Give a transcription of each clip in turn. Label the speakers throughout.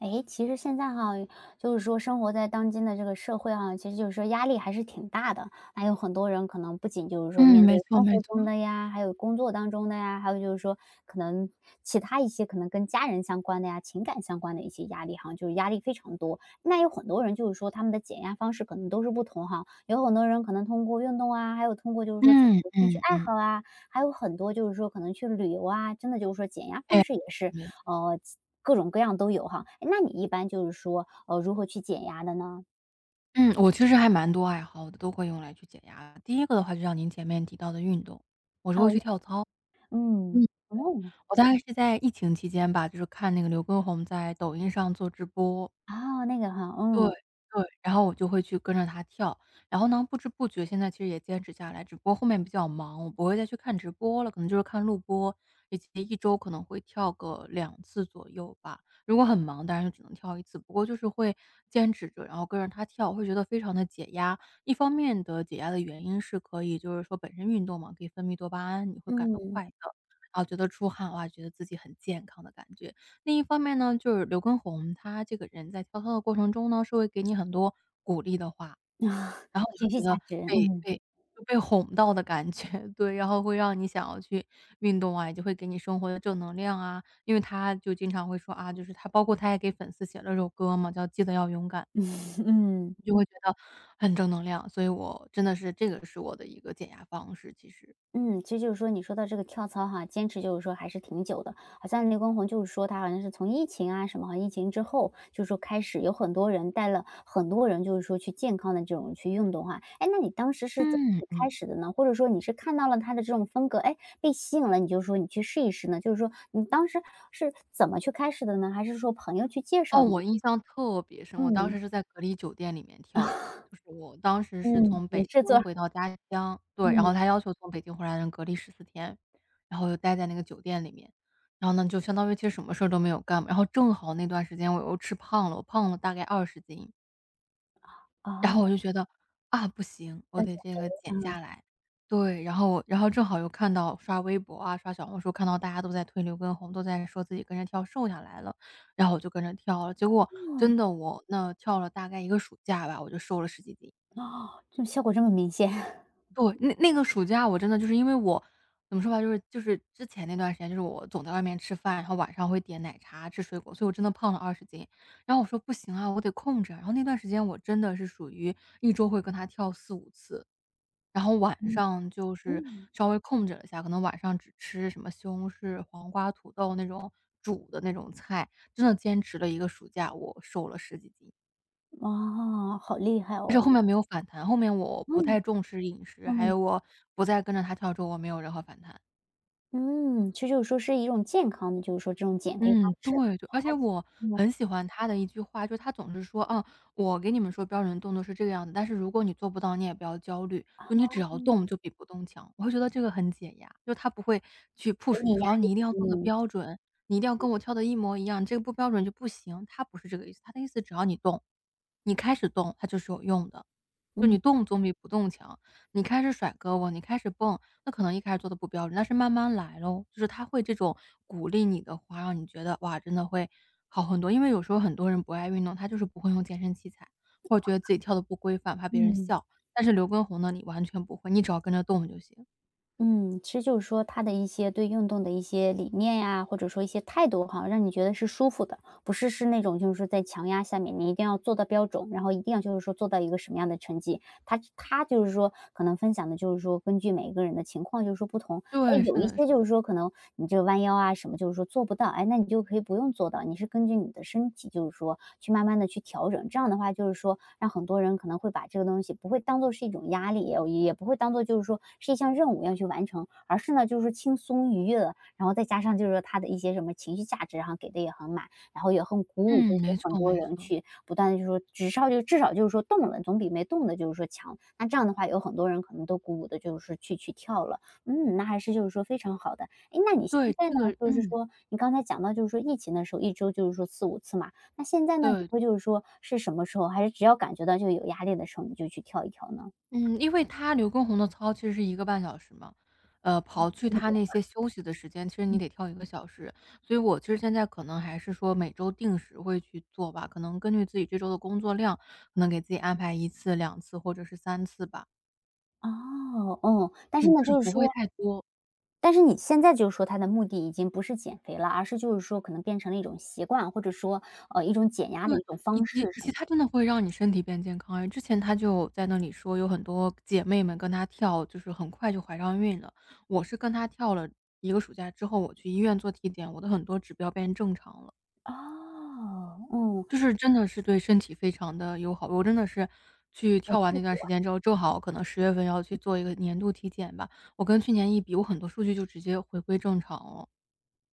Speaker 1: 诶，其实现在哈，就是说生活在当今的这个社会哈，其实就是说压力还是挺大的。那有很多人可能不仅就是说
Speaker 2: 嗯，
Speaker 1: 面对
Speaker 2: 没错
Speaker 1: 生
Speaker 2: 没
Speaker 1: 活中
Speaker 2: 错。
Speaker 1: 的呀，还有工作当中的呀，还有就是说可能其他一些可能跟家人相关的呀、情感相关的一些压力哈，就是压力非常多。那有很多人就是说他们的减压方式可能都是不同哈，有很多人可能通过运动啊，还有通过就是说自
Speaker 2: 嗯
Speaker 1: 己的兴趣
Speaker 2: 嗯
Speaker 1: 爱
Speaker 2: 嗯。
Speaker 1: 好啊，还有很多就是说可能去旅游啊，真的就是说减压
Speaker 2: 哎，
Speaker 1: 方式也是
Speaker 2: 没
Speaker 1: 呃各种各样都有哈。诶那你一般就是说，如何去减压的呢？
Speaker 2: 嗯，我其实还蛮多爱好的，都会用来去减压。第一个的话，就像您前面提到的运动，我是会
Speaker 1: 哦，
Speaker 2: 去跳操。嗯。
Speaker 1: 嗯，哦，
Speaker 2: 我大概是在疫情期间吧，就是看那个刘畊宏在抖音上做直播。
Speaker 1: 哦，那个哈，
Speaker 2: 对，
Speaker 1: 嗯，
Speaker 2: 对，然后我就会去跟着他跳，然后呢，不知不觉现在其实也坚持下来，只不过后面比较忙，我不会再去看直播了，可能就是看录播，以及一周可能会跳个两次左右吧。如果很忙，当然就只能跳一次，不过就是会坚持着，然后跟着他跳，会觉得非常的解压。一方面的解压的原因是可以就是说本身运动嘛，可以分泌多巴胺，你会感到
Speaker 1: 嗯，
Speaker 2: 快啊，觉得出汗，哇，觉得自己很健康的感觉。另一方面呢，就是刘畊宏他这个人在跳操的过程中呢，是会给你很多鼓励的话，
Speaker 1: 啊，
Speaker 2: 然后你
Speaker 1: 情绪
Speaker 2: 会觉
Speaker 1: 价
Speaker 2: 得
Speaker 1: 值，
Speaker 2: 被
Speaker 1: 嗯
Speaker 2: 被就被哄到的感觉，对，然后会让你想要去运动啊，也就会给你生活的正能量啊。因为他就经常会说啊，就是他包括他也给粉丝写了首歌嘛，叫《记得要勇敢》，
Speaker 1: 嗯。
Speaker 2: 你就会觉得很正能量，所以我真的是这个是我的一个减压方式，其实。
Speaker 1: 嗯，其实就是说你说到这个跳操哈，坚持就是说还是挺久的。好像刘光宏就是说他好像是从疫情啊什么，好像疫情之后就是说开始有很多人带了很多人就是说去健康的这种去运动哈。哎，那你当时是怎么
Speaker 2: 嗯
Speaker 1: 去开
Speaker 2: 嗯。
Speaker 1: 始的呢？或者说你是看到了他的这种风格，哎，被吸引了，你就说你去试一试呢？就是说你当时是怎么去开始的呢？还是说朋友去介绍
Speaker 2: 哦，
Speaker 1: 的呢？
Speaker 2: 我印象特别深，我当
Speaker 1: 嗯
Speaker 2: 时是在隔离酒店里面跳的，就是我当时是
Speaker 1: 嗯，
Speaker 2: 从
Speaker 1: 没
Speaker 2: 北
Speaker 1: 事
Speaker 2: 京
Speaker 1: 做，
Speaker 2: 回到家乡，对，然
Speaker 1: 嗯，
Speaker 2: 后他要求从北京回来的人隔离14天，然后就待在那个酒店里面，然后呢，就相当于其实什么事儿都没有干嘛，然后正好那段时间我又吃胖了，我胖了大概二十斤。
Speaker 1: 啊，
Speaker 2: 然后我就觉得，啊，不行，我
Speaker 1: 了
Speaker 2: 得
Speaker 1: 解，
Speaker 2: 这个减下来。对，然后正好又看到刷微博啊，刷小红书，看到大家都在推刘畊宏，都在说自己跟着跳瘦下来了，然后我就跟着跳了。结果真的我那跳了大概一个暑假吧，我就瘦了十几斤。
Speaker 1: 哦，这效果这么明显，
Speaker 2: 对，那个暑假我真的就是因为我怎么说吧，就是之前那段时间，就是我总在外面吃饭，然后晚上会点奶茶、吃水果，所以我真的胖了二十斤。然后我说不行啊，我得控制啊，然后那段时间我真的是属于一周会跟他跳四五次。然后晚
Speaker 1: 嗯
Speaker 2: 上就是
Speaker 1: 嗯。
Speaker 2: 稍微控制了一下，可能晚上只吃什么西红柿、黄瓜、土豆那种煮的那种菜，真的坚持了一个暑假，我瘦了十几斤。
Speaker 1: 哇，好厉害
Speaker 2: 但
Speaker 1: 哦。
Speaker 2: 是后面没有反弹，后面我不太
Speaker 1: 嗯，
Speaker 2: 重视饮食，还
Speaker 1: 嗯，
Speaker 2: 有我不再跟着他跳之后，我没有任何反弹。
Speaker 1: 嗯，其实就是说是一种健康的，就是说这种减肥方
Speaker 2: 嗯，
Speaker 1: 式，
Speaker 2: 对，就而且我
Speaker 1: 嗯
Speaker 2: 很喜欢他的一句话，就是他总是说："啊，我给你们说标准动作是这个样子，但是如果你做不到，你也不要焦虑，就你只要
Speaker 1: 嗯，
Speaker 2: 动就比不动强。"我会觉得这个很解压，就他不会去
Speaker 1: 给
Speaker 2: push
Speaker 1: 你
Speaker 2: 你
Speaker 1: 压
Speaker 2: 说："啊你一定要
Speaker 1: 力，
Speaker 2: 做的
Speaker 1: 嗯，
Speaker 2: 标准，你一定要跟我跳的一模一样，这个不标准就不行。"他不是这个意思，他的意思只要你动，你开始动，它就是有用的，就
Speaker 1: 嗯，
Speaker 2: 你动总比不动强。你开始甩胳膊，你开始蹦，那可能一开始做的不标准，但是慢慢来咯，就是他会这种鼓励你的话，让你觉得，哇，真的会好很多。因为有时候很多人不爱运动，他就是不会用健身器材，或者觉得自己跳的不规范，怕别人
Speaker 1: 嗯，
Speaker 2: 笑。但是刘畊宏呢，你完全不会，你只要跟着动就行。
Speaker 1: 嗯，其实就是说他的一些对运动的一些理念呀，或者说一些态度哈，让你觉得是舒服的，不是那种就是说在强压下面，你一定要做到标准，然后一定要就是说做到一个什么样的成绩。他就是说可能分享的就是说根据每个人的情况就是说不同，哎，
Speaker 2: 对，是
Speaker 1: 有一
Speaker 2: 的是
Speaker 1: 些就
Speaker 2: 的。
Speaker 1: 是说可能你这个弯腰啊什么，就是说做不到，哎，那你就可以不用做到，你是根据你的身体，就是说去慢慢的去调整。这样的话就是说，让很多人可能会把这个东西不会当做是一种压力，也不会当做就是说是一项任务要去完成，而是呢，就是轻松愉悦，的，然后再加上就是说他的一些什么情绪价值，然后给的也很满，然后也很鼓舞，就
Speaker 2: 嗯，
Speaker 1: 是
Speaker 2: 没
Speaker 1: 说很
Speaker 2: 错
Speaker 1: 多
Speaker 2: 没
Speaker 1: 人
Speaker 2: 错。
Speaker 1: 去不断的就是说至少就是说动了，总比没动的就是说强。那这样的话有很多人可能都鼓舞的就是去跳了。嗯，那还是就是说非常好的。哎，那你现
Speaker 2: 对，
Speaker 1: 在呢，就是说你刚才讲到就是说疫情的时候，一周就是说四五次嘛，那现在呢，你
Speaker 2: 对。
Speaker 1: 会就是说是什么时候，还是只要感觉到就有压力的时候，你就去跳一跳呢？
Speaker 2: 嗯，因为刘畊宏的操其实是一个半小时嘛，
Speaker 1: 会
Speaker 2: 刨去
Speaker 1: 不会
Speaker 2: 他
Speaker 1: 觉
Speaker 2: 那
Speaker 1: 得
Speaker 2: 些休息的时间，其实你得跳1个小时。所以我其实现在可能还是说每周定时会去做吧，可能根据自己这周的工作量，可能给自己安排一次、两次或者是三次吧。
Speaker 1: 哦，嗯，但是
Speaker 2: 嗯，
Speaker 1: 呢，
Speaker 2: 就是
Speaker 1: 就是
Speaker 2: 不会
Speaker 1: 说
Speaker 2: 太多。
Speaker 1: 但是你现在就是说它的目的已经不是减肥了，而是就是说可能变成了一种习惯，或者说，一种减压的
Speaker 2: 对，
Speaker 1: 一种
Speaker 2: 以
Speaker 1: 方
Speaker 2: 及
Speaker 1: 式
Speaker 2: 以
Speaker 1: 什
Speaker 2: 及
Speaker 1: 么？
Speaker 2: 它真的会让你身体变健康。哎，之前他就在那里说有很多姐妹们跟他跳，就是很快就怀上孕了。我是跟他跳了一个暑假之后，我去医院做体检，我的很多指标变正常了。
Speaker 1: 哦，嗯，
Speaker 2: 就是真的是对身体非常的友好。我真的是去
Speaker 1: 有
Speaker 2: 跳完
Speaker 1: 效
Speaker 2: 那段时
Speaker 1: 果。
Speaker 2: 间之后，正好可能10月份要去做一个年度体检吧，我跟去年一比，我很多数据就直接回归正常了。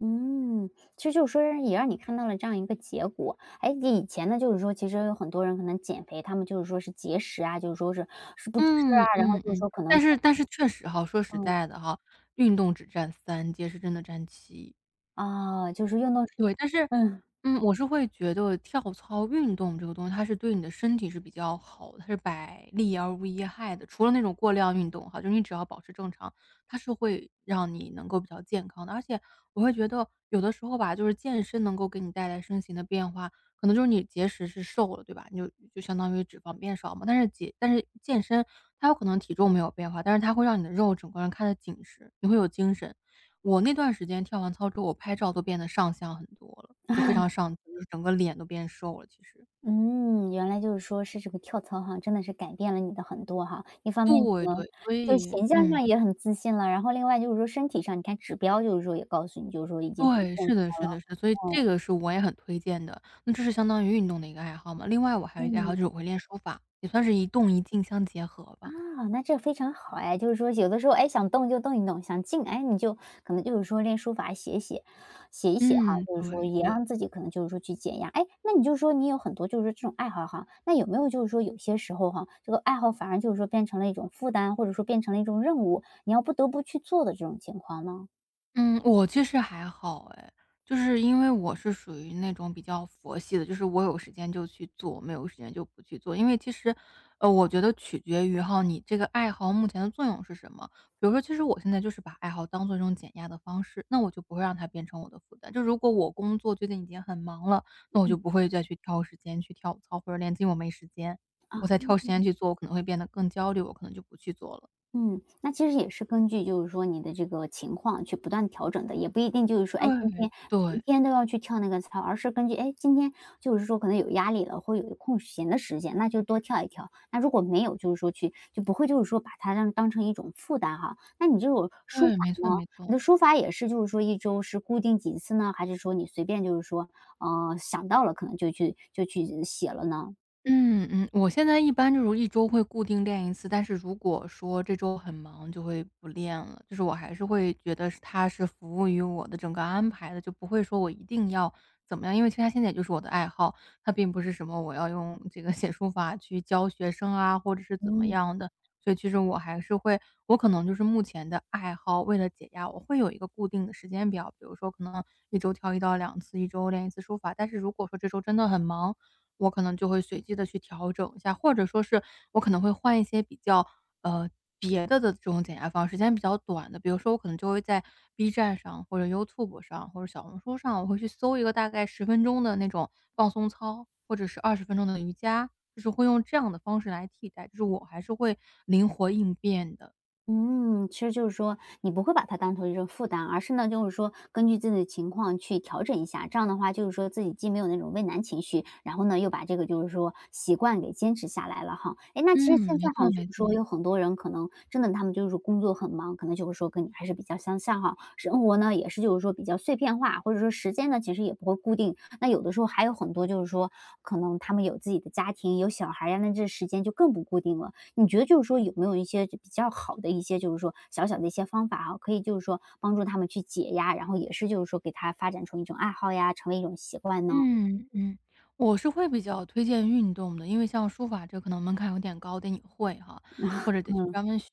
Speaker 1: 嗯，其实就是说也让你看到了这样一个结果。哎，以前呢，就是说其实有很多人可能减肥，他们就是说是节食啊，就是说是不吃
Speaker 2: 嗯，
Speaker 1: 啊，然后
Speaker 2: 嗯，
Speaker 1: 就是
Speaker 2: 嗯，
Speaker 1: 说可
Speaker 2: 但
Speaker 1: 能
Speaker 2: 是但是确实哈，说实
Speaker 1: 嗯，
Speaker 2: 在的哈，运动只占三，节食真的占七。
Speaker 1: 啊，就是运动
Speaker 2: 对，但是，
Speaker 1: 嗯，
Speaker 2: 嗯，我是会觉得跳操运动这个东西，它是对你的身体是比较好的，它是百利而无一害的。除了那种过量运动哈，就是你只要保持正常，它是会让你能够比较健康的。而且我会觉得有的时候吧，就是健身能够给你带来身形的变化，可能就是你节食是瘦了，对吧？你就相当于脂肪变少嘛。但是健身它有可能体重没有变化，但是它会让你的肉整个人看得紧实，你会有精神。我那段时间跳完操之后，我拍照都变得上相很多了，就非常上镜就是整个脸都变瘦了其实。
Speaker 1: 嗯，原来就是说是这个跳操哈，真的是改变了你的很多哈。一方面可
Speaker 2: 对对，
Speaker 1: 能
Speaker 2: 所
Speaker 1: 就
Speaker 2: 以
Speaker 1: 形象上也很自信了，然后另外就是说身体上，你看指标就是说也告诉你，就是说已经很健
Speaker 2: 对，是的
Speaker 1: 康
Speaker 2: 是
Speaker 1: 了，
Speaker 2: 的是的，所以
Speaker 1: 嗯，
Speaker 2: 这个是我也很推荐的，那这是相当于运动的一个爱好嘛。另外我还有一个爱好
Speaker 1: 嗯。
Speaker 2: 就是我会练书法，也算是一动一静相结合吧。
Speaker 1: 啊，那这非常好哎，就是说有的时候，哎，想动就动一动，想静，哎，你就可能就是说练书法写一写，写一写哈，
Speaker 2: 嗯，
Speaker 1: 就是说
Speaker 2: 对
Speaker 1: 也
Speaker 2: 对。
Speaker 1: 让自己可能就是说去减压。哎，那你就说你有很多就是这种爱好哈，那有没有就是说有些时候哈，这个爱好反而就是说变成了一种负担，或者说变成了一种任务，你要不得不去做的这种情况呢？
Speaker 2: 嗯，我其实还好哎，就是因为我是属于那种比较佛系的，就是我有时间就去做，没有时间就不去做。因为其实，我觉得取决于哈你这个爱好目前的作用是什么。比如说，其实我现在就是把爱好当做一种减压的方式，那我就不会让它变成我的负担。就如果我工作最近已经很忙了，那我就不会再去挑时间去跳操，或者练筋，我没时间，我再挑时间去做，我可能会变得更焦虑，我可能就不去做了。
Speaker 1: 嗯，那其实也是根据就是说你的这个情况去不断调整的，也不一定就是说，哎，今
Speaker 2: 对
Speaker 1: 天每一
Speaker 2: 对
Speaker 1: 天都要去跳那个操，而是根据，哎，今天就是说可能有压力了，或有空闲的时间，那就多跳一跳。那如果没有，就是说去就不会就是说把它当成一种负担哈。那你这种书
Speaker 2: 对，
Speaker 1: 法
Speaker 2: 没错
Speaker 1: 呢，
Speaker 2: 没
Speaker 1: 你
Speaker 2: 错。
Speaker 1: 的书法也是就是说一周是固定几次呢？还是说你随便就是说，想到了可能就去写了呢？
Speaker 2: 嗯嗯，我现在一般就是一周会固定练一次，但是如果说这周很忙，就会不练了。就是我还是会觉得是它是服务于我的整个安排的，就不会说我一定要怎么样，因为其实它现在也就是我的爱好，它并不是什么我要用这个写书法去教学生啊，或者是怎么
Speaker 1: 嗯。
Speaker 2: 样的。所以其实我还是会，我可能就是目前的爱好，为了解压，我会有一个固定的时间表，比如说可能一周挑一到两次，一周练一次书法。但是如果说这周真的很忙，我可能就会随机的去调整一下，或者说是我可能会换一些比较，呃，别的这种减压方式，时间比较短的。比如说我可能就会在 B 站上或者 YouTube 上或者小红书上，我会去搜一个大概十分钟的那种放松操，或者是20分钟的瑜伽，就是会用这样的方式来替代，就是我还是会灵活应变的。
Speaker 1: 嗯，其实就是说你不会把它当成一种负担，而是呢，就是说根据自己的情况去调整一下。这样的话，就是说自己既没有那种畏难情绪，然后呢，又把这个就是说习惯给坚持下来了哈。哎，那其实嗯
Speaker 2: 嗯，
Speaker 1: 现
Speaker 2: 没
Speaker 1: 在好
Speaker 2: 错
Speaker 1: 像就
Speaker 2: 没
Speaker 1: 是说
Speaker 2: 错。
Speaker 1: 有很多人可能真的他们就是工作很忙，可能就是说跟你还是比较相像哈。生活呢也是就是说比较碎片化，或者说时间呢其实也不会固定。那有的时候还有很多就是说可能他们有自己的家庭，有小孩呀，那这时间就更不固定了。你觉得就是说有没有一些比较好的一些就是说小小的一些方法啊，可以就是说帮助他们去解压，然后也是就是说给他发展成一种爱好呀，成为一种习惯呢？
Speaker 2: 嗯嗯，我是会比较推荐运动的，因为像书法这可能门槛有点高，得你会哈，或者得去
Speaker 1: 嗯，
Speaker 2: 专门学。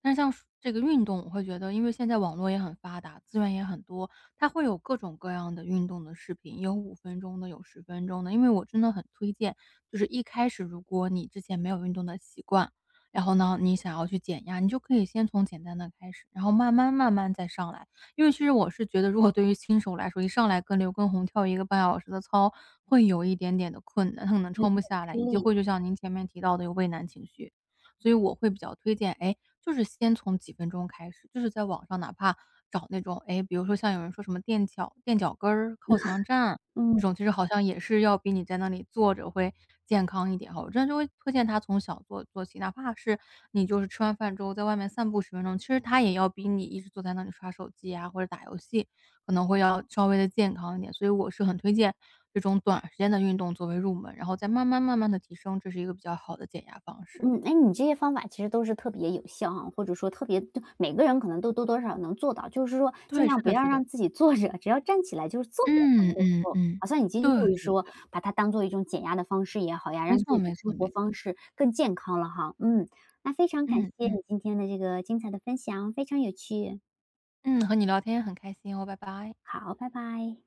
Speaker 2: 但是像这个运动，我会觉得，因为现在网络也很发达，资源也很多，它会有各种各样的运动的视频，有5分钟的，有十分钟的。因为我真的很推荐，就是一开始如果你之前没有运动的习惯，然后呢，你想要去减压，你就可以先从简单的开始，然后慢慢慢慢再上来。因为其实我是觉得，如果对于新手来说，一上来跟刘畊宏跳一个半小时的操，会有一点点的困难，他可能
Speaker 1: 因有
Speaker 2: 撑不
Speaker 1: 点
Speaker 2: 下来，
Speaker 1: 吃
Speaker 2: 以及
Speaker 1: 力。
Speaker 2: 会就像您前面提到的有畏难情绪。所以我会比较推荐，哎，就是先从几分钟开始，就是在网上哪怕找那种，哎，比如说像有人说什么垫脚跟儿、靠墙站这
Speaker 1: 嗯。
Speaker 2: 种，其实好像也是要比你在那里坐着会健康一点哈。我真的就会推荐他从小做起，哪怕是你就是吃完饭之后在外面散步十分钟，其实他也要比你一直坐在那里刷手机啊或者打游戏可能会要稍微的健康一点。所以我是很推荐这种短时间的运动作为入门，然后再慢慢慢慢的提升，这是一个比较好的减压方式。
Speaker 1: 嗯，哎，你这些方法其实都是特别有效哈，或者说特别就每个人可能都多多少少能做到，就是说尽
Speaker 2: 对，
Speaker 1: 量
Speaker 2: 是
Speaker 1: 不
Speaker 2: 的
Speaker 1: 要
Speaker 2: 是的。
Speaker 1: 让自己坐着，只要站起来就是做点什
Speaker 2: 嗯
Speaker 1: 么的时
Speaker 2: 嗯
Speaker 1: 候，
Speaker 2: 嗯，
Speaker 1: 好像已
Speaker 2: 对
Speaker 1: 经就是
Speaker 2: 对
Speaker 1: 说
Speaker 2: 对，
Speaker 1: 把它当做一种减压的方式也好呀，
Speaker 2: 没
Speaker 1: 让自
Speaker 2: 错
Speaker 1: 己的
Speaker 2: 没错
Speaker 1: 生活
Speaker 2: 没错。
Speaker 1: 方式更健康了哈。嗯，那非常感
Speaker 2: 嗯
Speaker 1: 谢你
Speaker 2: 嗯
Speaker 1: 今天的这个精彩的分享，非常有趣。
Speaker 2: 嗯，和你聊天也很开心哦，拜拜。
Speaker 1: 好，拜拜。